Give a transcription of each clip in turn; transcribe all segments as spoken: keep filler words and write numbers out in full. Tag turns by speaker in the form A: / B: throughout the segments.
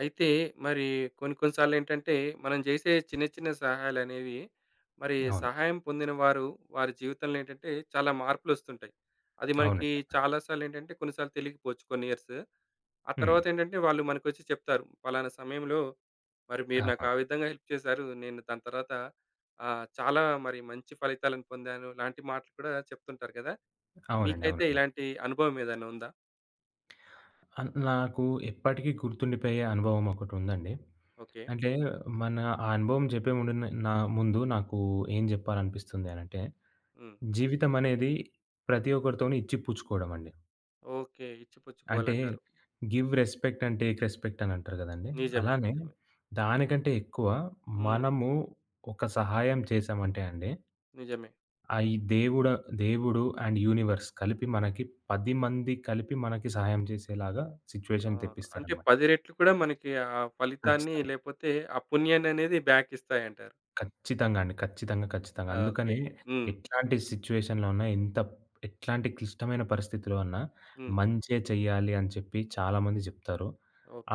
A: అయితే మరి కొన్ని కొన్ని సార్లేంటంటే, మనం జేసే చిన్న చిన్న సహాయాలనేవి మరి
B: అవును.
A: సహాయం పొందిన వారు, వారి జీవితంలో ఏంటంటే చాలా మార్పులొస్తుంటాయి. అది మనకి
B: అవునండి.
A: చాలా సార్లేంటంటే కొన్నిసార్లు తెలియకపోవచ్చు కొన్ని ఇయర్స్. ఆ
B: హ్మ్.
A: తర్వాతేంటంటే వాళ్ళు మనకొచ్చి చెప్తారు. "పలానా సమయంలో మరి మీరు
B: ఆ!
A: నాకు ఆ విధంగా హెల్ప్ చేశారు. నేను దాని తర్వాత ఆహ్, చాలా మరి మంచి ఫలితాలను పొందాను" లాంటి మాటలు కూడా చెప్తుంటారు కదా!
B: అవునండి.
A: మీకైతే
B: అవునండి.
A: ఇలాంటి అనుభవం ఏదైనా ఉందా?
B: అన్ నాకు ఎప్పటికీ గుర్తుండిపోయే అనుభవం ఒకటుందండి.
A: ఓకే.
B: అంటే మన ఆ అనుభవం చెప్పే ముందు నే నా ముందు నాకు ఏం జెప్పాలనిపిస్తుంది అనంటే,
A: హ్మ్.
B: జీవితం అనేది ప్రతి ఒక్కరితోని ఇచ్చి పుచ్చుకోవడం అండి.
A: ఓకే.
B: అంటే
A: ఇచ్చిపుచ్చుకోవాలంటారు.
B: Give respect and take respect అని అంటారు గదండీ!
A: నిజమే.
B: అలానే
A: నిజమే.
B: దానికంటే ఎక్కువ
A: హ్మ్.
B: మనము ఒక సహాయం చేశామంటే అండి,
A: నిజమే.
B: అయి దేవుడ దేవుడు దేవుడు అండ్ యూనివర్స్ కలిపి మనకి పది మంది కలిపి మనకి సహాయం చేసేలాగా
A: ఆ!
B: సిట్యుయేషన్
A: అంటే
B: తెప్పిస్తారనమాట.
A: పది రెట్లు కూడా మనకి ఆ ఫలితాన్ని
B: ఖచ్చితంగా.
A: లేపోతే ఆ పుణ్యాన్ననేది బ్యాక్ ఇస్తాయంటారు.
B: ఖచ్చితంగా అండి. ఖచ్చితంగా, ఖచ్చితంగా. అందుకనే
A: ఓకే. హ్మ్.
B: ఎట్లాంటి సిట్యుయేషన్‌లో ఉన్నా, ఎంత ఎట్లాంటి క్లిష్టమైన పరిస్థితిలో ఉన్నా
A: హ్మ్.
B: మంచే చెయ్యాలి అని చెప్పి చాలామంది జెప్తారు.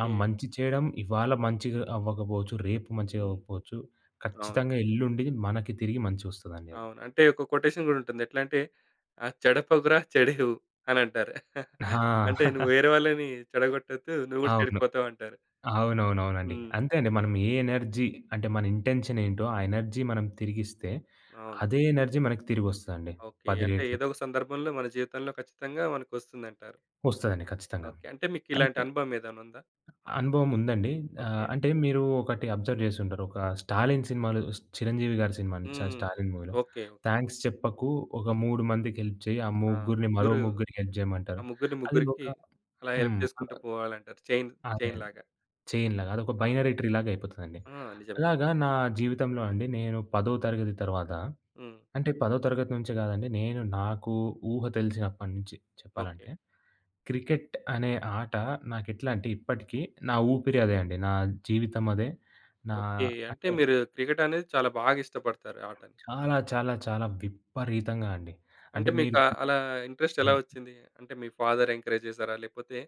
B: ఆ మంచి చేయడం ఇవాళ మంచిగా అవ్వకపోవచ్చు, రేపు మంచిగా
A: హ్మ్.
B: అవ్వకపోవచ్చు.
A: అవును.
B: ఖచ్చితంగా ఎల్లుండి మనకి తిరిగి మంచొస్తదండి అది.
A: అవును. అంటే ఒక కొటేషన్ గూడా ఉంటుంది. ఎట్లా అంటే ఆహ్, "చెడపకురా చెడెవు" అనంటారు.
B: ఆ!
A: అంటే నువ్వు వేరే వాళ్ళని చెడగొట్టొద్దు. నువ్వు గూడా
B: అవును.
A: చెడిపోతావంటారు.
B: అవునవునవునండి.
A: హ్మ్.
B: అంతే అండి. మనం ఏ ఎనర్జీ అంటే మన ఇంటెన్షన్ ఏంటో ఆ ఎనర్జీ మనం తిరిగిస్తే
A: అవును.
B: అదే ఎనర్జీ మనకి తిరిగొస్తదండి.
A: ఓకే.
B: పది
A: అంటే
B: రెట్లు
A: ఏదో ఒక సందర్భంలో మన జీవితంలో ఖచ్చితంగా మనకొస్తుందంటారు.
B: వస్తదండి ఖచ్చితంగా.
A: ఓకే. అంటే మీకిలాంటి
B: అయితే
A: అనుభవం ఏదైనా ఉందా?
B: అనుభవం ఉందండి. ఆహ్,
A: ఓకే.
B: అంటే మీరు ఒకటి అబ్జర్వ్ చేసుంటారు. ఒక 'స్టాలిన్' సినిమాలో, 'చిరంజీవి' గారి సినిమా అండి. చ
A: హ్మ్.
B: 'స్టాలిన్' మూవీలో
A: ఓకే. ఓకే.
B: థాంక్స్ చెప్పకు, ఒక ముగ్గురు మందికి హెల్ప్ చేయి, ఆ
A: ఆ!
B: ముగ్గురిని మరో
A: ముగ్గురు
B: ముగ్గురికి హెల్ప్ చేయమంటారు.
A: ఆ ముగ్గురిని
B: అది ఒక
A: ముగ్గురికి అలా హెల్ప్
B: హ్మ్.
A: చేసుకుంటూ పోవాలంటారు. చైన్
B: అదే.
A: చైన్ లాగా.
B: చైన్‌లాగా. అదొక
A: ఆ!
B: బైనరీ ట్రీలాగా అయిపోతదండి.
A: ఆ! నిజమే.
B: అలాగా నా జీవితంలో అండి నేను 10థ్ తరగతి తర్వాత,
A: హ్మ్.
B: అంటే 10థ్ తరగతి నుంచే కాదండి, నేను నాకు ఊహ తెలిసినప్పటి నుంచి
A: ఓకే.
B: చెప్పాలంటే, క్రికెట్ అనే ఆట నాకెట్లా అంటే ఇప్పటికి నా ఊపిరి అదే అండి. నా జీవితం అదే. నా
A: ఓకే. అంటే
B: అంటే
A: మీరు క్రికెట్ అనేది చాలా బాగా ఇష్టపడతారు ఆటని.
B: చాలా చాలా చాలా విపరీతంగా అండి. అంటే
A: అంటే మీకు
B: మీరు
A: ఆ- అలా ఇంట్రెస్ట్ ఎలా వచ్చింది? అంటే మీ ఫాదర్ ఎంకరేజ్ చేసారా? లేకపోతే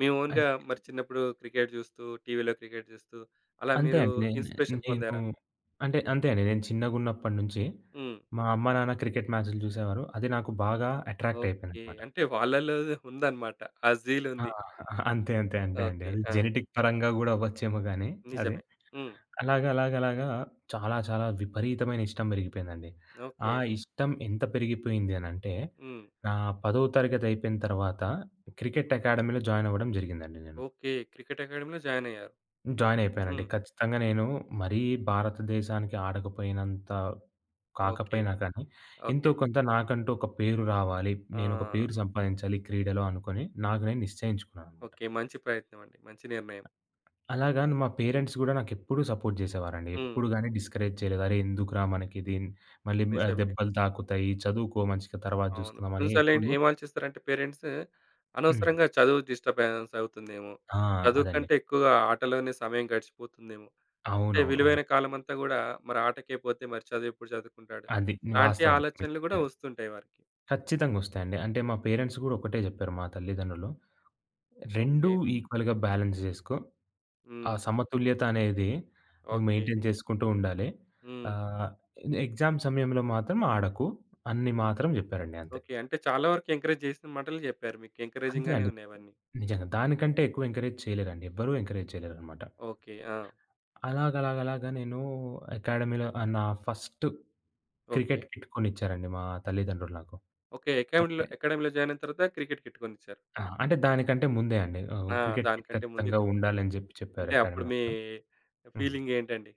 A: మీ
B: హ్మ్.
A: ఓన్‌గా మరి చిన్నప్పుడు క్రికెట్ చూస్తూ, టీవీలో క్రికెట్ చూస్తూ అలా
B: అంతే
A: మీరు
B: అండి. నేను
A: ఇన్‌స్పిరేషన్
B: నేను
A: పొందారా?
B: అంటే అంతే అండి. నేను చిన్నగున్నప్పటి నుంచి
A: హ్మ్.
B: మా అమ్మ, నాన్న క్రికెట్ మ్యాచ్‌లు చూసేవారు. అది నాకు బాగా అట్రాక్ట్
A: ఓకే.
B: అయిపోయిందనమాట.
A: అంటే వాళ్ళలో ఉందన్నమాట. ఆ జీల్
B: ఆ!
A: ఉంది.
B: అంతే, అంతే, అంతే అండి.
A: ఓకే.
B: అది
A: ఆ!
B: జెనెటిక్ పరంగా గూడా అవ్వచ్చేమో గానీ అది.
A: నిజమే. హ్మ్.
B: అలాగా, అలాగా, అలాగా చాలా, చాలా విపరీతమైన ఇష్టం పెరిగిపోయిందండి. ఆ
A: ఓకే.
B: ఇష్టం ఎంత పెరిగిపోయింది అనంటే,
A: హ్మ్.
B: నా 10వ తరగతి అయిపోయిన తర్వాత క్రికెట్
A: హ్మ్.
B: అకాడమీలో జాయిన్ అవ్వడం జరిగిందండి నేను.
A: ఓకే. క్రికెట్ అకాడమీలో జాయినయ్యారు.
B: జాయిన్ అయిపోయానండి.
A: హ్మ్.
B: ఖచ్చితంగా నేను మరీ భారతదేశానికి ఆడకపోయినంత
A: ఓకే.
B: కాకపోయినా కానీ, ఎంతో
A: ఓకే.
B: కొంత నాకంటూ ఒక పేరు రావాలి,
A: ఆ!
B: నేనొక పేరు సంపాదించాలి క్రీడలో అనుకోని నాకు నేను నిశ్చయించుకున్నాననమాట.
A: ఓకే. మంచి ప్రయత్నం అండి. మంచి నిర్ణయం.
B: అలాగా మా పేరెంట్స్ గూడా నాకెప్పుడూ సపోర్ట్ జేసేవారండి.
A: హ్మ్.
B: ఎప్పుడు గాని డిస్కరేజ్ చేయలేదు. "అరే! ఎందుకురా మనకిది, మళ్ళీ ఆహ్,
A: నిజమే.
B: దెబ్బలు తాకుతాయి. చదువుకో మంచిగా తర్వాత
A: అవును.
B: జూసుకుందాం" అని
A: కొన్నిసార్లు ఏంటి
B: ఎప్పుడు
A: ఏం ఆలోచిస్తారంటే పేరెంట్స్
B: హ్మ్.
A: అనవసరంగా చదువు డిస్టర్బెన్స్ అవుతుందేమో,
B: ఆ!
A: చదువు
B: అదండి.
A: కంటే ఎక్కువగా ఆటలోనే సమయం గడిచిపోతుందేమో, అంటే
B: అవునవును. అవును.
A: విలువైన కాలమంతా గూడా మరి ఆటకే పోతే మరి చదువు ఎప్పుడు చదువుకుంటాడు?
B: అది
A: లాంటి
B: వాస్తవం.
A: ఆలోచనలు గూడా వస్తుంటాయి వారికి.
B: ఖచ్చితంగొస్తాయండి. అంటే మా పేరెంట్స్ గూడా ఒకటే జెప్పారు, మా తల్లిదండ్రులు. రెండు
A: ఓకే.
B: ఈక్వల్‌గా బ్యాలెన్స్ జేసుకో. ఆ
A: హ్మ్.
B: సమతుల్యత అనేది నువ్వు
A: ఓకే.
B: మెయింటైన్ చేసుకుంటూ ఉండాలి.
A: హ్మ్.
B: ఆహ్, ఎగ్జామ్ సమయంలో మాత్రం ఆడకు అని మాత్రం జెప్పారండి అంతే.
A: ఓకే. అంటే చాలా వరకు ఎంకరేజ్ చేసిన మాటలు జెప్పారు మీకు.
B: అంతే
A: ఎంకరేజింగ్‌గానే
B: అండి.
A: ఉన్నాయి అవన్నీ.
B: నిజంగా. దానికంటే ఎక్కువ ఎంకరేజ్ చేయలేరండి. ఎవ్వరూ ఎంకరేజ్ చేయలేరనమాట.
A: ఓకే. ఆ!
B: అలాగలాగలాగా నేను అకాడమీలో ఆహ్, నా ఫస్ట్
A: ఓకే.
B: క్రికెట్ కిట్ కొనిచ్చారండి మా తల్లిదండ్రులు నాకు.
A: ఓకే. అకాడమీలో
B: అంటే
A: అకాడమీలో జాయిన్ అయిన తర్వాత క్రికెట్ కిట్ కొనిచ్చారు.
B: ఆ! అంటే దానికంటే ముందే అండి. ఆహ్,
A: ఆ!
B: క్రికెట్ కిట్
A: దానికంటే ముందే
B: ఖచ్చితంగా
A: కొనిచ్చారు.
B: ఉండాలని జెప్పి చెప్పారు
A: అంటే అప్పుడు
B: అకాడమీ
A: మీ
B: వాళ్ళు. హ్మ్.
A: ఫీలింగ్ ఏంటండి?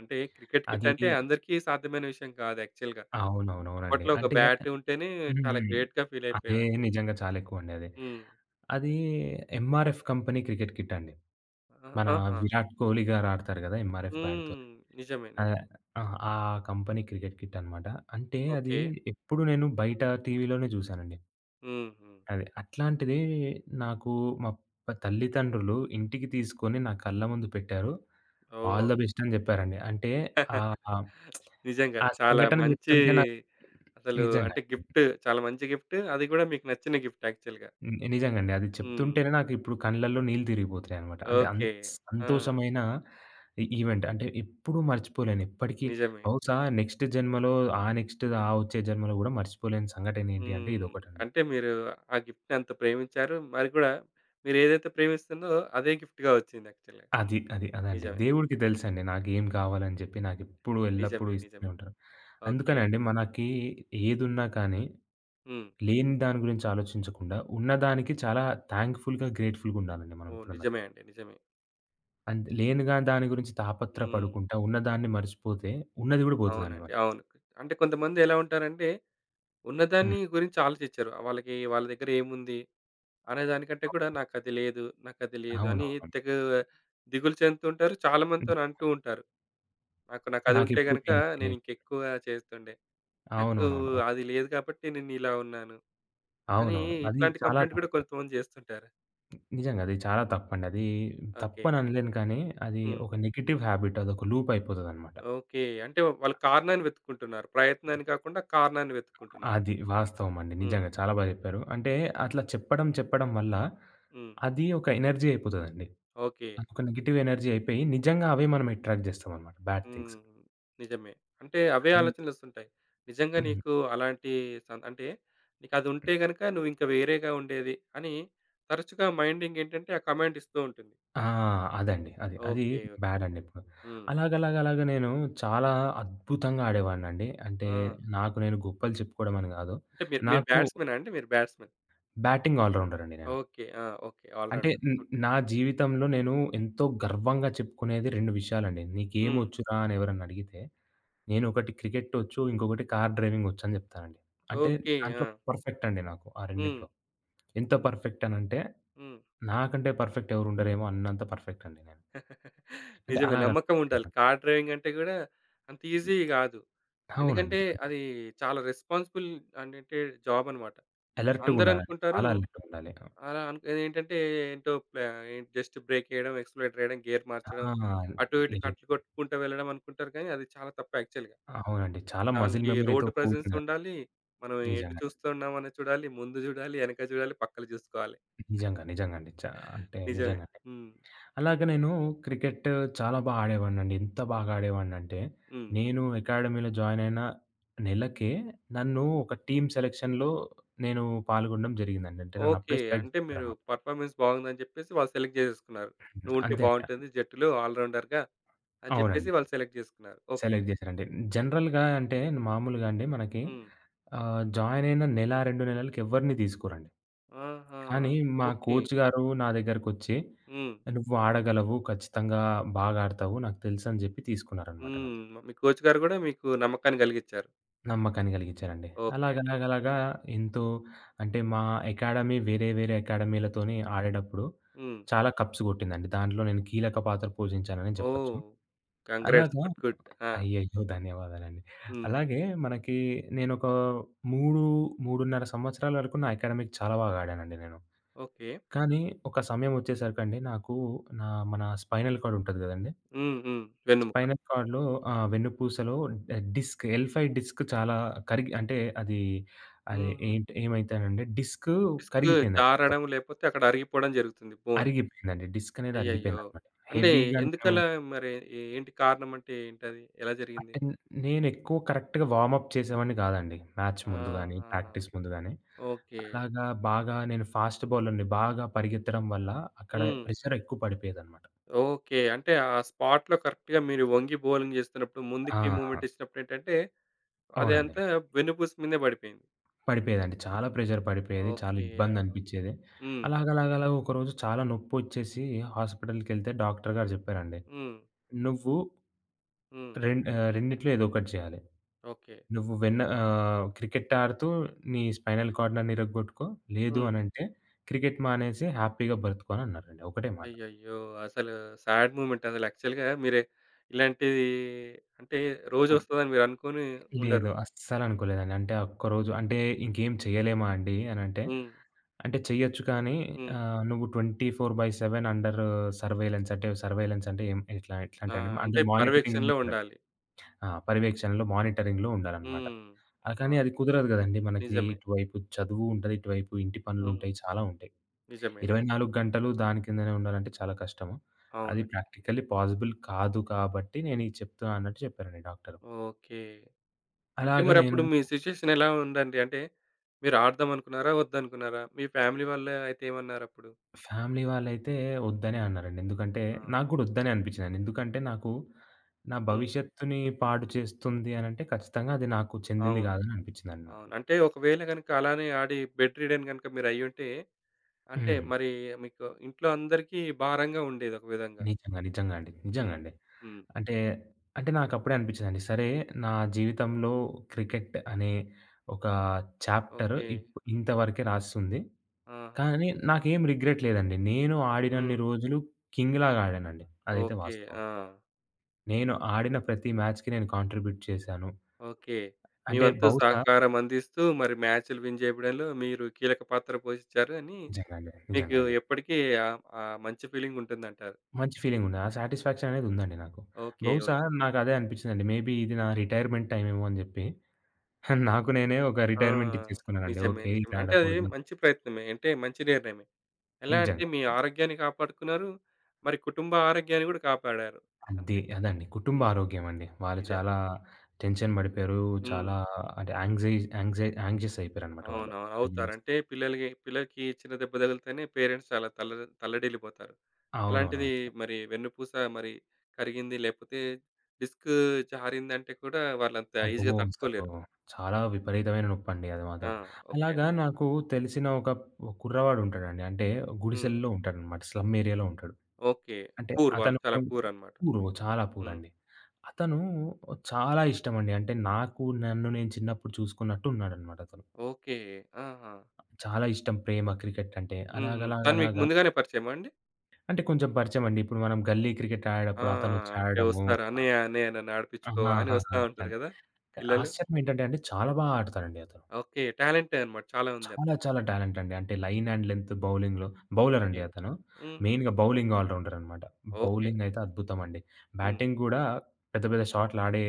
A: అంటే క్రికెట్ కిట్
B: అది
A: అంటే అందరికీ సాధ్యమైన విషయం కాదు యాక్చువల్‌గా.
B: అవునవునవునండి.
A: అప్పట్లో ఒక
B: అంటే
A: బ్యాట్ ఉంటేనే
B: హ్మ్.
A: చాలా
B: హ్మ్.
A: గ్రేట్‌గా ఫీల్
B: అదే
A: అయిపోయేవాళ్ళు.
B: నిజంగా చాలా ఎక్కువండి అది.
A: హ్మ్.
B: అది ఎంఆర్ఎఫ్ కంపెనీ క్రికెట్ కిట్ అండి.
A: ఆ!
B: మన
A: ఆహా!
B: 'విరాట్ కోహ్లీ' గారు ఆడతారు గదా, ఎంఆర్ఎఫ్ బ్యాట్‌తో.
A: హ్మ్. నిజమే.
B: ఆహ్,
A: నిజమే.
B: ఆ! ఆ కంపెనీ క్రికెట్ కిట్ అనమాట. అంటే అది
A: ఓకే.
B: ఎప్పుడు నేను బయట టీవీలోనే చూసానండి.
A: హుహు.
B: అది అట్లాంటిది నాకు మా ప తల్లిదండ్రులు ఇంటికి తీసుకొని నా కళ్ళ ముందు పెట్టారు.
A: ఓహ్!
B: ఆల్ ద బెస్ట్ అని జెప్పారండి. అంటే ఆహ్,
A: నిజంగా
B: ఆ
A: చాలా
B: సంఘటన
A: మంచి
B: జెప్తుంటే నాకు
A: అసలు
B: నిజంగా.
A: అంటే గిఫ్ట్ చాలా మంచి గిఫ్ట్. అది కూడా మీకు నచ్చిన గిఫ్ట్ యాక్చువల్‌గా.
B: హ్మ్. నిజంగండి. అది
A: హ్మ్.
B: చెప్తుంటేనే నాకిప్పుడు కళ్ళల్లో నీళ్ళు తిరిగిపోతున్నాయనమాట. అంటే అంత
A: ఓకే. ఆ!
B: సంతోషమైన ఈ ఈవెంట్. అంటే ఎప్పుడూ మర్చిపోలేను. ఎప్పటికి
A: నిజమే.
B: బహుశా నెక్స్ట్ జన్మలో, ఆ నెక్స్ట్ ఆ వచ్చే జన్మలో గూడా మర్చిపోలేని సంఘటనేంటి అంటే
A: హ్మ్.
B: ఇదొకటండి.
A: అంటే మీరు ఆ గిఫ్ట్‌ని అంత ప్రేమించారు. మరి కూడా మీరేదైతే ప్రేమిస్తుందో అదే గిఫ్ట్‌గా వచ్చింది యాక్చువల్‌గా.
B: అది. అది. అదండి.
A: నిజమే.
B: దేవుడికి తెలుసండి నాకేం కావాలని చెప్పి, నాకెప్పుడు ఎల్లప్పుడూ
A: నిజమే.
B: ఇస్తూనే
A: నిజమే.
B: ఉంటారు.
A: ఓకే.
B: అందుకనే అండి మనకి ఏదున్నా కానీ,
A: హ్మ్.
B: లేని దాని గురించి ఆలోచించకుండా ఉన్నదానికి చాలా థాంక్‌ఫుల్‌గా, గ్రేట్‌ఫుల్‌గా ఉండాలండి మనం
A: ఓహ్!
B: ఎప్పుడన్నా గాని.
A: నిజమే అండి. నిజమే.
B: అంత్ లేనిగా దాని గురించి తాపత్ర
A: హ్మ్.
B: పడుకుంటా, ఉన్నదాన్ని మర్చిపోతే ఉన్నది గూడా పోతదండి
A: అవునండి.
B: మనకి.
A: అవును. అంటే కొంతమంది ఎలా ఉంటారంటే
B: హ్మ్.
A: ఉన్నదాన్ని గురించి ఆలోచించరు. వాళ్ళకి వాళ్ళ దగ్గర ఏముంది అనే దానికంటే
B: అవ్
A: కూడా నాకది లేదు, నాకది లేదు అని
B: అవునవును.
A: తెగ దిగులు చెందుతుంటారు. చాలా
B: హ్మ్.
A: మందితోని అంటూ ఉంటారు. నాకు నాకదుంటే
B: నాకెప్పుడు
A: గనక
B: ఇంతే.
A: నేను ఇంకెక్కువ చేస్తుండే. నాకు
B: అవునవునవును. అవును.
A: అది లేదు కాబట్టి నేనిలా ఉన్నాను. అని
B: అవునవును. అది
A: ఇట్లాంటి
B: చాలా
A: కంప్లెయింట్ గూడా
B: తప్పండి.
A: కొంతమంది జేస్తుంటారు.
B: నిజంగా అది చాలా తప్పండి. అది
A: ఓకే.
B: తప్పని అనలేను కానీ, అది
A: హ్మ్.
B: ఒక నెగెటివ్ హ్యాబిట్, అదొక లూప్ అయిపోతదనమాట.
A: ఓకే. అంటే వాళ్ళు కారణాన్ని వెతుక్కుంటున్నారు. ప్రయత్నాన్ని కాకుండా కారణాన్ని వెతుక్కుంటున్నారు.
B: అది వాస్తవం అండి.
A: హ్మ్.
B: నిజంగా చాలా బా జెప్పారు. అంటే అట్లా చెప్పడం, చెప్పడం వల్ల
A: హ్మ్.
B: అది ఒక ఎనర్జీ అయిపోతదండి.
A: ఓకే.
B: అదొక నెగెటివ్ ఎనర్జీ అయిపోయి, నిజంగా అవే మనం అట్రాక్ట్ జేస్తామనమాట. Bad things.
A: హ్మ్. నిజమే. అంటే అవే
B: అది
A: ఆలోచనలొస్తుంటాయి. నిజంగా
B: హ్మ్.
A: నీకు అలాంటి సం అంటే నీకదుంటే గనక నువ్వింక వేరేగా ఉండేది అని తరచుగా మైండ్ ఇంకేంటంటే ఆ కమాండ్ ఇస్తూ ఉంటుంది.
B: ఆ! అదండి. అది. అది
A: ఓకే. ఓకే.
B: బ్యాడండి ఇప్పుడు.
A: హ్మ్.
B: అలాగలాగలాగ నేను చాలా అద్భుతంగా ఆడేవాడినండి. అంటే
A: ఆ!
B: నాకు నేను గొప్పలు చెప్పుకోవడం అని గాదు.
A: అంటే మీరు మీరు
B: నాకు
A: బ్యాట్స్‌మెనా అండి? మీరు బ్యాట్స్‌మెన్.
B: బ్యాటింగ్ ఆల్ రౌండర్ అండి నేను.
A: ఓకే. ఆ! ఓకే.
B: అంటే
A: ఆల్‌రౌండర్.
B: న్
A: గుడ్.
B: నా జీవితంలో నేను ఎంతో గర్వంగా చెప్పుకునేది రెండు విషయాలండి.
A: హ్మ్.
B: "నీకేమొచ్చురా?" అని ఎవరన్నా అడిగితే, నేనొకటి క్రికెట్ ఒచ్చు, ఇంకొకటి కార్ డ్రైవింగ్ ఒచ్చని జెప్తానండి. అంటే
A: ఓకే. ఆ!
B: దాంట్లో పర్ఫెక్ట్ అండి నాకు ఆ
A: హ్మ్.
B: రెండిట్లో. ఎంత పర్ఫెక్ట్ అనంటే,
A: హ్మ్.
B: నాకంటే పర్ఫెక్ట్ ఎవరుండరేమో అన్నంత పర్ఫెక్ట్ అండి నేను. అంటే
A: నిజమే. నమ్మకం ఉండాలి.
B: అలాగనుకుంటాననమాట.
A: కార్ డ్రైవింగ్ అంటే గూడా అంత ఈజీ గాదు.
B: అవునండి.
A: ఎందుకంటే అది చాలా రెస్పాన్సిబుల్ అంటే జాబ్ అన్నమాట. అందరూ
B: అలర్ట్‌గుండాలండి.
A: అనుకుంటారు.
B: చాలా అలర్ట్‌గుండాలి.
A: అలా అనుకునేదేంటంటే ఏంటో ప్లా జస్ట్ బ్రేక్ ఎయడం, ఎక్సిలరేటర్ ఎయడం, గేర్ మార్చడం,
B: ఆ!
A: అటు ఇటు
B: లేదు.
A: కట్లు కొట్టుకుంటూ వెళ్ళడం అనుకుంటారు కానీ అది చాలా తప్పు యాక్చువల్‌గా.
B: అవునండి. చాలా మజిల్
A: దానికి
B: మెమరీ‌తో
A: రోడ్ ప్రెజెన్స్
B: కూడినదండి.
A: ఉండాలి. మనం ఎటు
B: నిజంగానే.
A: చూస్తున్నామని చూడాలి. ముందు చూడాలి, ఎనక చూడాలి, పక్కల చూసుకోవాలి.
B: నిజంగా. నిజంగండి. చ అంటే
A: నిజమే.
B: నిజంగండి.
A: హ్మ్.
B: అలాగే నేను క్రికెట్ చాలా బా ఆడేవాడినండి. ఎంత బాగా ఆడేవాడినంటే,
A: హ్మ్.
B: నేను అకాడమీలో జాయిన్ అయిన నెలకే నన్ను ఒక టీమ్ సెలక్షన్‌లో నేను పాల్గొనడం జరిగిందండి. అంటే నన్ను
A: ఓకే.
B: అప్పుడే సెలెక్ట్
A: అంటే మీరు
B: చేసారనమాట.
A: పర్ఫార్మెన్స్ బాగుందని జెప్పేసి వాళ్ళు సెలెక్ట్ జేసేసుకున్నారు.
B: అంతే.
A: నువ్వుంటే
B: అండి.
A: బావుంటుంది జట్టులో ఆల్ రౌండర్‌గా అని
B: అవునండి.
A: జెప్పేసి వాళ్ళు సెలెక్ట్ జేసుకున్నారు. ఓకే.
B: సెలెక్ట్ జేసారండి. జనరల్‌గా అంటే మామూలుగా అండి మనకి
A: హ్మ్.
B: ఆహ్, జాయిన్ అయిన నెల, రెండు నెలలకి ఎవరిని తీసుకోరండి.
A: ఆహా!
B: కానీ మా
A: ఓకే.
B: కోచ్ గారు నా దగ్గరకొచ్చి
A: హ్మ్.
B: "నువ్వు ఆడగలవు. ఖచ్చితంగా బాగా ఆడతావు. నాకు తెలుసని" జెప్పి తీసుకున్నారనమాట నన్ను.
A: హ్మ్. మీ కోచ్ గారు గూడా మీకు నమ్మకాన్ని గలిగిచ్చారు.
B: నమ్మకాన్ని కలిగించారండి.
A: ఓకే అండి.
B: అలాగలాగలాగా ఎంతో అంటే మా అకాడమీ వేరే వేరే అకాడమీలతోని ఆడేటప్పుడు
A: హ్మ్.
B: చాలా కప్స్ గొట్టిందండి. దాంట్లో నేను కీలక పాత్ర పోషించానని జెప్పొచ్చు.
A: ఓహ్! కంగ్రాట్స్.
B: అలాగా
A: గుడ్. గుడ్. ఆ!
B: అయ్యయ్యో! ధన్యవాదాలండి.
A: హ్మ్.
B: అలాగే మనకి నేనొక మూడు, మూడున్నర సంవత్సరాల వరకు నా అకాడమిక్ చాలా బాగా ఆడానండి నేను.
A: ఓకే.
B: కానీ ఒక సమయం వచ్చేసరికండి నాకు నా మన స్పైనల్ కార్డ్ ఉంటది గదండీ!
A: హ్మ్. హ్మ్. వెన్నెముక.
B: స్పైనల్ కార్డ్‌లో, ఆహ్, వెన్నుపూసలో డ డిస్క్, ఎల్ ఫైవ్ డిస్క్ చాలా కరిగి, అంటే అది అది
A: హుహు.
B: ఏంటి ఏమైతేనండి డిస్క్
A: డిస్క్
B: కరిగిపోయిందండి మొత్తం.
A: జారడం లేపోతే అక్కడ అరిగిపోవడం జరుగుతుంది బోన్.
B: అరిగిపోయిందండి. డిస్క్ అనేది
A: అయ్యయ్యో!
B: అరిగిపోయిందనమాట.
A: అంటే
B: హెవీగా నేను
A: ఎందుకలా మరి ఏ ఏంటి కారణం అంటే ఏంటది? ఎలా జరిగింది?
B: అంటే నేనెక్కువ కరెక్ట్‌గా వార్మప్ చేసేవాడిని కాదండి, మ్యాచ్ ముందు గాని,
A: ఆహా!
B: ప్రాక్టీస్ ముందు గాని.
A: ఓకే.
B: అలాగా బాగా నేను ఫాస్ట్ బౌలర్‌ని. బాగా పరిగెత్తడం వల్ల అక్కడ
A: హ్మ్.
B: ప్రెషర్ ఎక్కువ పడిపోయేదనమాట.
A: ఓకే. అంటే ఆ స్పాట్‌లో కరెక్ట్‌గా మీరు వంగి బౌలింగ్ చేస్తున్నప్పుడు ముందుకి
B: ఆ!
A: మూవ్‌మెంట్ ఇచ్చినప్పుడేంటంటే అది
B: అవునండి.
A: అంతా వెన్నుపూస మీదే పడిపోయింది.
B: పడిపోయేదండి. చాలా ప్రెషర్ పడిపోయేది. చాలా
A: ఓకే. ఆహ్,
B: ఇబ్బందనిపిచ్చేది.
A: హ్మ్.
B: అలాగలాగలాగ ఒకరోజు చాలా నొప్పొచ్చేసి హాస్పిటల్‌కెళ్తే డాక్టర్ గారు చెప్పారండి,
A: హ్మ్.
B: "నువ్వు
A: హ్మ్.
B: రెం ఆహ్, రెండిట్లో ఏదో ఒకటి చేయాలి.
A: ఓకే.
B: నువ్వు వెన్న ఆహ్, క్రికెట్ ఆడుతూ నీ స్పైనల్ కార్డ్‌నన్ను ఇరగ్గొట్టుకో, లేదు
A: హ్మ్.
B: అనంటే క్రికెట్ మానేసి హ్యాపీగా బ్రతుకు" అని అన్నారండి. ఒకటే మాట.
A: అయ్యయ్యో! అసలు సాడ్ మూమెంట్ అసలు యాక్చువల్‌గా మీరు ఇలాంటిది అంటే
B: హ్మ్.
A: రోజొస్తదని మీరు అనుకోని
B: లేదు.
A: ఉండరు.
B: అస్సలనుకోలేదండి. అంటే ఆ ఒక్కరోజు, అంటే ఇంకేం చేయలేమా అండి అనంటే,
A: హ్మ్.
B: అంటే చేయొచ్చు కానీ
A: హ్మ్.
B: ఆహ్, నువ్వు ఇరవై నాలుగు బై ఏడు అండర్ సర్వేలెన్స్, అంటే సర్వేలెన్స్ అంటే ఏం ఎట్లా ఎట్లా అంటే
A: ఆ!
B: అండి
A: అంటే
B: అండర్ మానిటరింగ్‌లో
A: పర్యవేక్షణలో
B: ఉండాలి.
A: ఉండాలి.
B: ఆ! పర్యవేక్షణలో, మానిటరింగ్‌లో ఉండాలనమాట.
A: హ్మ్.
B: ఆహ్, కానీ
A: ఆ!
B: అది కుదరదు గదండీ మనకి.
A: నిజమే.
B: ఇటువైపు చదువు ఉంటది, ఇటువైపు ఇంటి
A: హ్మ్.
B: పనులుంటాయి, చాలా ఉంటాయి.
A: నిజమే. నిజమే.
B: ఇరవై నాలుగు గంటలు దాని కిందనే ఉండాలంటే చాలా కష్టము. అది
A: అవునండి.
B: ప్రాక్టికల్లీ పాసిబుల్ కాదు కాబట్టి నేను ఇది చెప్తా అన్నట్టు చెప్పారండి డాక్టరు.
A: ఓకే. అంటే
B: అలాగా నేను
A: మరప్పుడు మీ సిట్యుయేషన్ ఎలా ఉందండి? అంటే మీరు ఆడదాం అనుకున్నారా? వద్దనుకున్నారా? మీ ఫ్యామిలీ వాళ్ళు అయితే ఏమన్నారప్పుడు?
B: ఫ్యామిలీ వాళ్ళైతే వద్దనే అన్నారండి. ఎందుకంటే
A: ఆ!
B: నాకు గూడా వద్దనే అనిపించిందండి. ఎందుకంటే నాకు నా
A: హ్మ్.
B: భవిష్యత్తుని పాడు చేస్తుంది అనంటే, ఖచ్చితంగా అది నాకు చెందింది
A: అవును.
B: కాదని అనిపించిందండి నాకు.
A: అవును. అంటే ఒకవేళ గనుక అలానే ఆడి బెడ్ రిడెన్ గనుక మీరయ్యుంటే అంటే
B: హ్మ్.
A: మరి మీకు ఇంట్లో అందరికీ భారంగా ఉండేది ఒక విధంగా.
B: నిజంగా. నిజంగా అండి. నిజంగా
A: హ్మ్.
B: అండి.
A: హ్మ్.
B: అంటే, అంటే నాకప్పుడే అనిపించిందండి. సరే, నా జీవితంలో క్రికెట్ అనే ఒక చాప్టర్
A: ఓకే.
B: ఇప్ ఇంతవరకే రాసుంది.
A: ఆహా!
B: కానీ నాకేం రిగ్రెట్ లేదండి. నేను ఆడినన్ని
A: హ్మ్.
B: రోజులు కింగ్‌లాగా ఆడానండి. అదైతే
A: ఓకే.
B: వాస్తవం.
A: ఆ!
B: నేను ఆడిన ప్రతి మ్యాచ్‌కి నేను కాంట్రిబ్యూట్ చేశాను.
A: ఓకే. మీ
B: అంటే
A: వంతు
B: బహుశా
A: సహకారం అందిస్తూ మరి మ్యాచ్‌లు విన్ జేయడంలో మీరు కీలక పాత్ర పోషించారు అని
B: నిజంగా అండి. నిజంగా
A: మీకు
B: అండి.
A: ఎప్పటికీ ఆహ్, ఆ మంచి ఫీలింగ్ ఉంటుందంటారు.
B: మంచి ఫీలింగుంది. ఆ సాటిస్ఫాక్షన్ అనేది ఉందండి నాకు.
A: ఓకే.
B: బహుశా
A: ఓకే.
B: నాకదే అనిపించిందండి. మేబీ ఇది నా రిటైర్‌మెంట్ టైమ్ ఏమో అని జెప్పి నాకు నేనే ఒక
A: ఆ!
B: రిటైర్‌మెంట్ ఇచ్చేసుకున్నానండి.
A: నిజమే.
B: ఓకే,
A: నిజమే.
B: ఇది
A: అంటే అది
B: ఆడకూడదు.
A: మంచి ప్రయత్నమే. అంటే మంచి నిర్ణయమే. ఎలా అంటే
B: నిజంగా.
A: మీ ఆరోగ్యాన్ని కాపాడుకున్నారు. మరి కుటుంబ ఆరోగ్యాన్ని గూడా కాపాడారు.
B: అది
A: అంతే.
B: అదండి. కుటుంబ
A: హ్మ్.
B: ఆరోగ్యం అండి. వాళ్ళు
A: నిజమే.
B: చాలా టెన్షన్ పడిపోయారు.
A: హ్మ్.
B: చాలా అంటే యాంగ్‌జై యాంగ్‌జై యాంగ్షియస్ అయిపోయారనమాట వాళ్ళు.
A: అవునవును.
B: అది
A: అవుతారు. అంటే పిల్లలకి పిల్లలకి చిన్న దెబ్బ తగిలితేనే పేరెంట్స్ చాలా తల్ల తల్లడిల్లిపోతారు. అలాంటిది
B: అవునవునవును.
A: మరి వెన్నుపూస మరి కరిగింది, లేకపోతే డిస్క్ జారిందంటే కూడా వాళ్ళంత
B: అబ్బో!
A: ఈజీగా
B: అసలు
A: తట్టుకోలేరు.
B: చాలా విపరీతమైన నొప్పండి అది
A: ఆ!
B: మాత్రం.
A: ఓకే.
B: అలాగా నాకు తెలిసిన ఒక కుర్రవాడు ఉంటాడండి. అంటే
A: హ్మ్.
B: గుడిసెల్లో ఉంటాడనమాట. స్లమ్ ఏరియాలో ఉంటాడు.
A: ఓకే.
B: అంటే
A: పూర్ వాళ్ళు
B: అతను
A: చాలా పూర్ అన్నమాట.
B: పూర్, చాలా పూర్
A: హ్మ్.
B: అండి. అతను చాలా ఇష్టమండి. అంటే నాకు నన్ను నేను చిన్నప్పుడు చూసుకున్నట్టు ఉన్నాడనమాట అతను.
A: ఓకే. ఆహా!
B: చాలా ఇష్టం, ప్రేమ క్రికెట్ అంటే.
A: హుహు. తను మీకు
B: అలాగలాగలాగా
A: ముందుగానే పరిచయమా అండి?
B: అంటే కొంచెం పరిచయమండి. ఇప్పుడు మనం గల్లీ క్రికెట్
A: ఆ!
B: ఆడేటప్పుడు అతనొచ్చి
A: అంటే
B: ఆడడము.
A: వస్తారు.
B: ఆ!
A: "అన్నయ్య, అన్నయ్య నన్ను ఆడిపించుకోవా" అని
B: ఆహాహాహా!
A: వస్తా ఉంటారు
B: అట్లనే.
A: కదా! పిల్లలు.
B: ఆశ్చర్యం ఏంటంటే అండి, చాలా బాగా ఆడతాడండి అతను.
A: ఓకే. టాలెంటే అన్నమాట. చాలా ఉంది
B: చాలా
A: అతనికి.
B: చాలా టాలెంట్ అండి. అంటే లైన్ అండ్ లెంత్ బౌలింగ్‌లో బౌలర్ అండి
A: ఓకే.
B: అతను.
A: హ్మ్.
B: మెయిన్‌గా బౌలింగ్ ఆల్ రౌండర్ అనమాట.
A: ఓకే.
B: బౌలింగ్ అయితే అద్భుతం అండి.
A: హ్మ్.
B: బ్యాటింగ్ కూడా పెద్ద పెద్ద షాట్‌లు ఆడే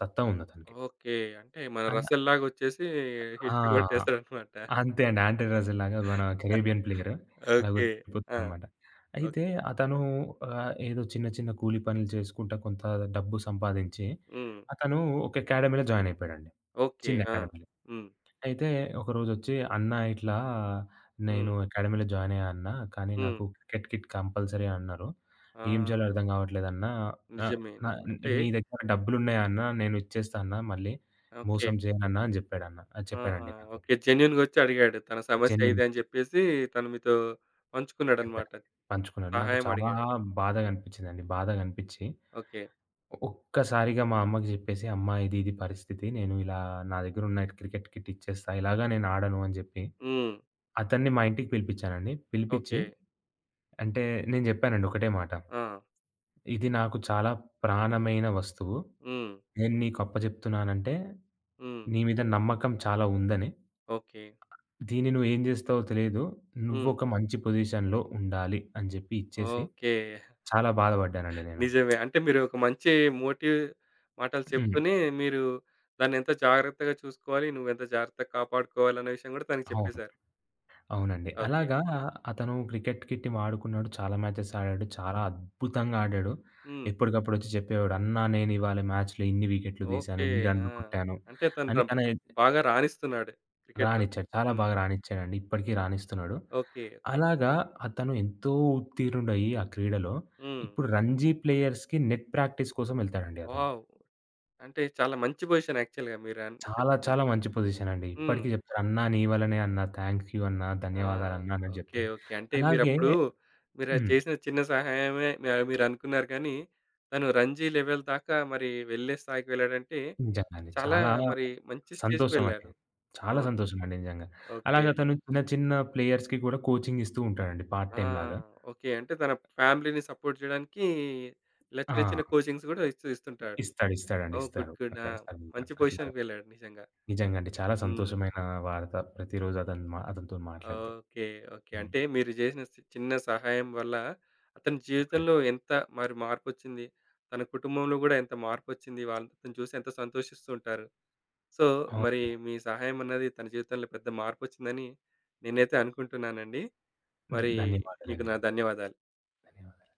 B: సత్తా ఉంది అతనికి.
A: ఓకే. అంటే మన
B: అలా
A: 'రసల్‌లాగా' వచ్చేసి హిట్
B: ఆ!
A: కొట్టేసాడన్నమాట.
B: అంతే అండి. ఆండ్రే రస్సెల్ లాగా, మన కరేబియన్ ప్లేయర్,
A: ఓకే. ఆ!
B: అలాగొచ్చిపోతాడనమాట. అయితే
A: ఓకే.
B: అతను ఆహ్, ఏదో చిన్న చిన్న కూలి పనులు చేసుకుంటా కొంత డబ్బు సంపాదించి
A: హ్మ్.
B: అతను ఒక అకాడమీలో జాయిన్ అయిపోయాడండి.
A: ఓకే.
B: చిన్న
A: ఆ!
B: అకాడమీలో.
A: హ్మ్.
B: అయితే ఒకరోజొచ్చి "అన్నా ఇట్లా నేను
A: హ్మ్.
B: అకాడమీలో జాయిన్ అయ్యా అన్నా. కానీ
A: హ్మ్.
B: నాకు క్రికెట్ కిట్ కంపల్సరీ" అన్నారు. "ఏం చేయాలో
A: ఆ!
B: అర్థం కావట్లేదన్నా. ఆహ్,
A: నిజమే.
B: న
A: నిజమే. అంటే
B: మీ దగ్గర డబ్బులున్నాయా అన్నా? నేను ఇచ్చేస్తా అన్నా మళ్ళీ.
A: ఓకే.
B: మోసం చేయనన్నా" అని చెప్పాడన్న. ఆహ్,
A: ఆహా!
B: చెప్పాడండి నాకు.
A: ఓకే. జెన్యూన్‌గా వచ్చి అడిగాడు. తన సమస్య
B: జెన్యూన్
A: ఇది అని చెప్పేసి తను మీతో
B: చెప్పాను.
A: పంచుకున్నాడన్నమాట.
B: పంచుకున్నాడు. నాకు
A: సహాయం
B: చాలా
A: అడిగాడు.
B: బాధగా
A: హ్మ్.
B: అనిపించిందండి. బాధగా అనిపించి
A: ఓకే.
B: ఒక్కసారిగా మా అమ్మకి చెప్పేసి, "అమ్మ ఇది ఇది పరిస్థితి. నేను ఇలా నా దగ్గరున్న క్రికెట్ కిట్ ఇచ్చేస్తా. ఇలాగ నేను ఆడను" అని చెప్పి
A: హ్మ్.
B: అతన్ని మా ఇంటికి పిలిపించానండి. పిలిపించి,
A: ఓకే.
B: అంటే నేను జెప్పానండి ఒకటే మాట.
A: ఆ!
B: "ఇది నాకు చాలా ప్రాణమైన వస్తువు.
A: హ్మ్.
B: నేను నీకు అప్పజెప్తున్నానంటే,
A: హ్మ్.
B: నీ మీద నమ్మకం చాలా ఉందని.
A: ఓకే.
B: దీన్ని నువ్వు ఏం జేస్తావో తెలీదు.
A: హ్మ్.
B: నువ్వొక మంచి పొజిషన్‌లో ఉండాలి" అని జెప్పి ఇచ్చేసి
A: ఓకే.
B: చాలా బాధపడ్డానండి నేను.
A: నిజమే. అంటే మీరు ఒక మంచి మోటివ్ మాటలు
B: హ్మ్.
A: చెప్తూనే మీరు దాన్నెంత జాగ్రత్తగా చూసుకోవాలి, నువ్వెంత జాగ్రత్తగా కాపాడుకోవాలనే విషయం గూడా తనకి
B: అవును.
A: చెప్పేశారు.
B: అవునండి.
A: ఓకే.
B: అలాగా అతను క్రికెట్ కిట్‌ని వాడుకున్నాడు. చాలా మ్యాచెస్ ఆడాడు. చాలా అద్భుతంగా ఆడాడు.
A: హ్మ్.
B: ఎప్పటికప్పుడొచ్చి చెప్పేవాడు, "అన్నా నేనివాళ మ్యాచ్‌లో ఇన్ని వికెట్లు తీశాను,
A: ఓకే.
B: ఇన్ని
A: ఆ!
B: రన్‌లు కొట్టాను"
A: అంటే తను
B: అని
A: ర
B: తన
A: బాగా రాణిస్తున్నాడు క్రికెట్‌లో.
B: రానిచ్చాడు. చాలా
A: హ్మ్.
B: బాగా రానిచ్చాడండి. ఇప్పటికి రానిస్తున్నాడు.
A: ఓకే. ఓకే.
B: అలాగా అతను ఎంతో ఉత్తీర్ణుడయ్యి ఆ క్రీడలో
A: హ్మ్.
B: ఇప్పుడు రంజీ ప్లేయర్స్‌కి నెట్ ప్రాక్టీస్ కోసం ఎళ్తాడండి అతను.
A: వావ్! అంటే చాలా మంచి పొజిషన్ యాక్చువల్‌గా మీరు అన్
B: చాలా
A: చెప్తుంది.
B: చాలా మంచి పొజిషన్ అండి.
A: హ్మ్.
B: ఇప్పటికి చెప్తారు, "అన్నా నీ వల్లనే అన్నా. థాంక్ యూ అన్నా.
A: ఆ!
B: ధన్యవాదాలన్నా" అన్నట్టు
A: ఓకే.
B: చెప్తాడు.
A: ఓకే. అంటే
B: అలాగే
A: మీరప్పుడు మీరది
B: హ్మ్.
A: చేసిన చిన్న సహాయమే మ మీరనుకున్నారు కానీ, తను రంజీ లెవెల్ దాకా మరి వెళ్ళే స్థాయికి వెళ్ళాడంటే,
B: నిజంగా అండి.
A: చాలా
B: చాలా
A: మరి మంచి స్టేజ్‌కి
B: సంతోషం అండి.
A: వెళ్ళారు.
B: చాలా
A: అవును.
B: సంతోషం అండి నిజంగా.
A: ఓకే.
B: అలాగే అతను చిన్న చిన్న ప్లేయర్స్‌కి కూడా కోచింగ్ ఇస్తూ ఉంటాడండి పార్ట్
A: ఆ!
B: టైమ్ లాగా.
A: ఓకే. అంటే తన ఫ్యామిలీని సపోర్ట్ చేయడానికి ఇలా చిన్న
B: ఆ!
A: చిన్న కోచింగ్స్ గూడా ఇస్తూ ఇస్తుంటాడు.
B: ఇస్తాడు. ఇస్తాడండి.
A: ఓహ్!
B: ఇస్తారు.
A: గుడ్. గుడ్. ఆ!
B: అట్లా
A: మంచి పొజిషన్‌కి
B: అట్లాగా.
A: వెళ్ళాడు నిజంగా.
B: నిజంగా అండి. చాలా
A: హ్మ్.
B: సంతోషమైన వార్త. ప్రతిరోజు అతను మా అతనితోని మాట్లాడితే.
A: ఓకే. ఓకే.
B: హ్మ్.
A: అంటే మీరు జేసిన సి చిన్న సహాయం వల్ల అతని
B: అవునండి.
A: జీవితంలో ఎంత మరి మార్పొచ్చింది? తన కుటుంబంలో గూడా ఎంత మార్పొచ్చింది? వాళ్ళు అతను చూసి ఎంత సంతోషిస్తూ ఉంటారు. సో, మరి
B: అవునండి.
A: మీ సహాయం అన్నది తన జీవితంలో పెద్ద మార్పొచ్చిందని నేనైతే అనుకుంటున్నానండి. మరి మీకు
B: ధన్యవాదాలండి.
A: నా ధన్యవాదాలు.
B: ధన్యవాదాలు.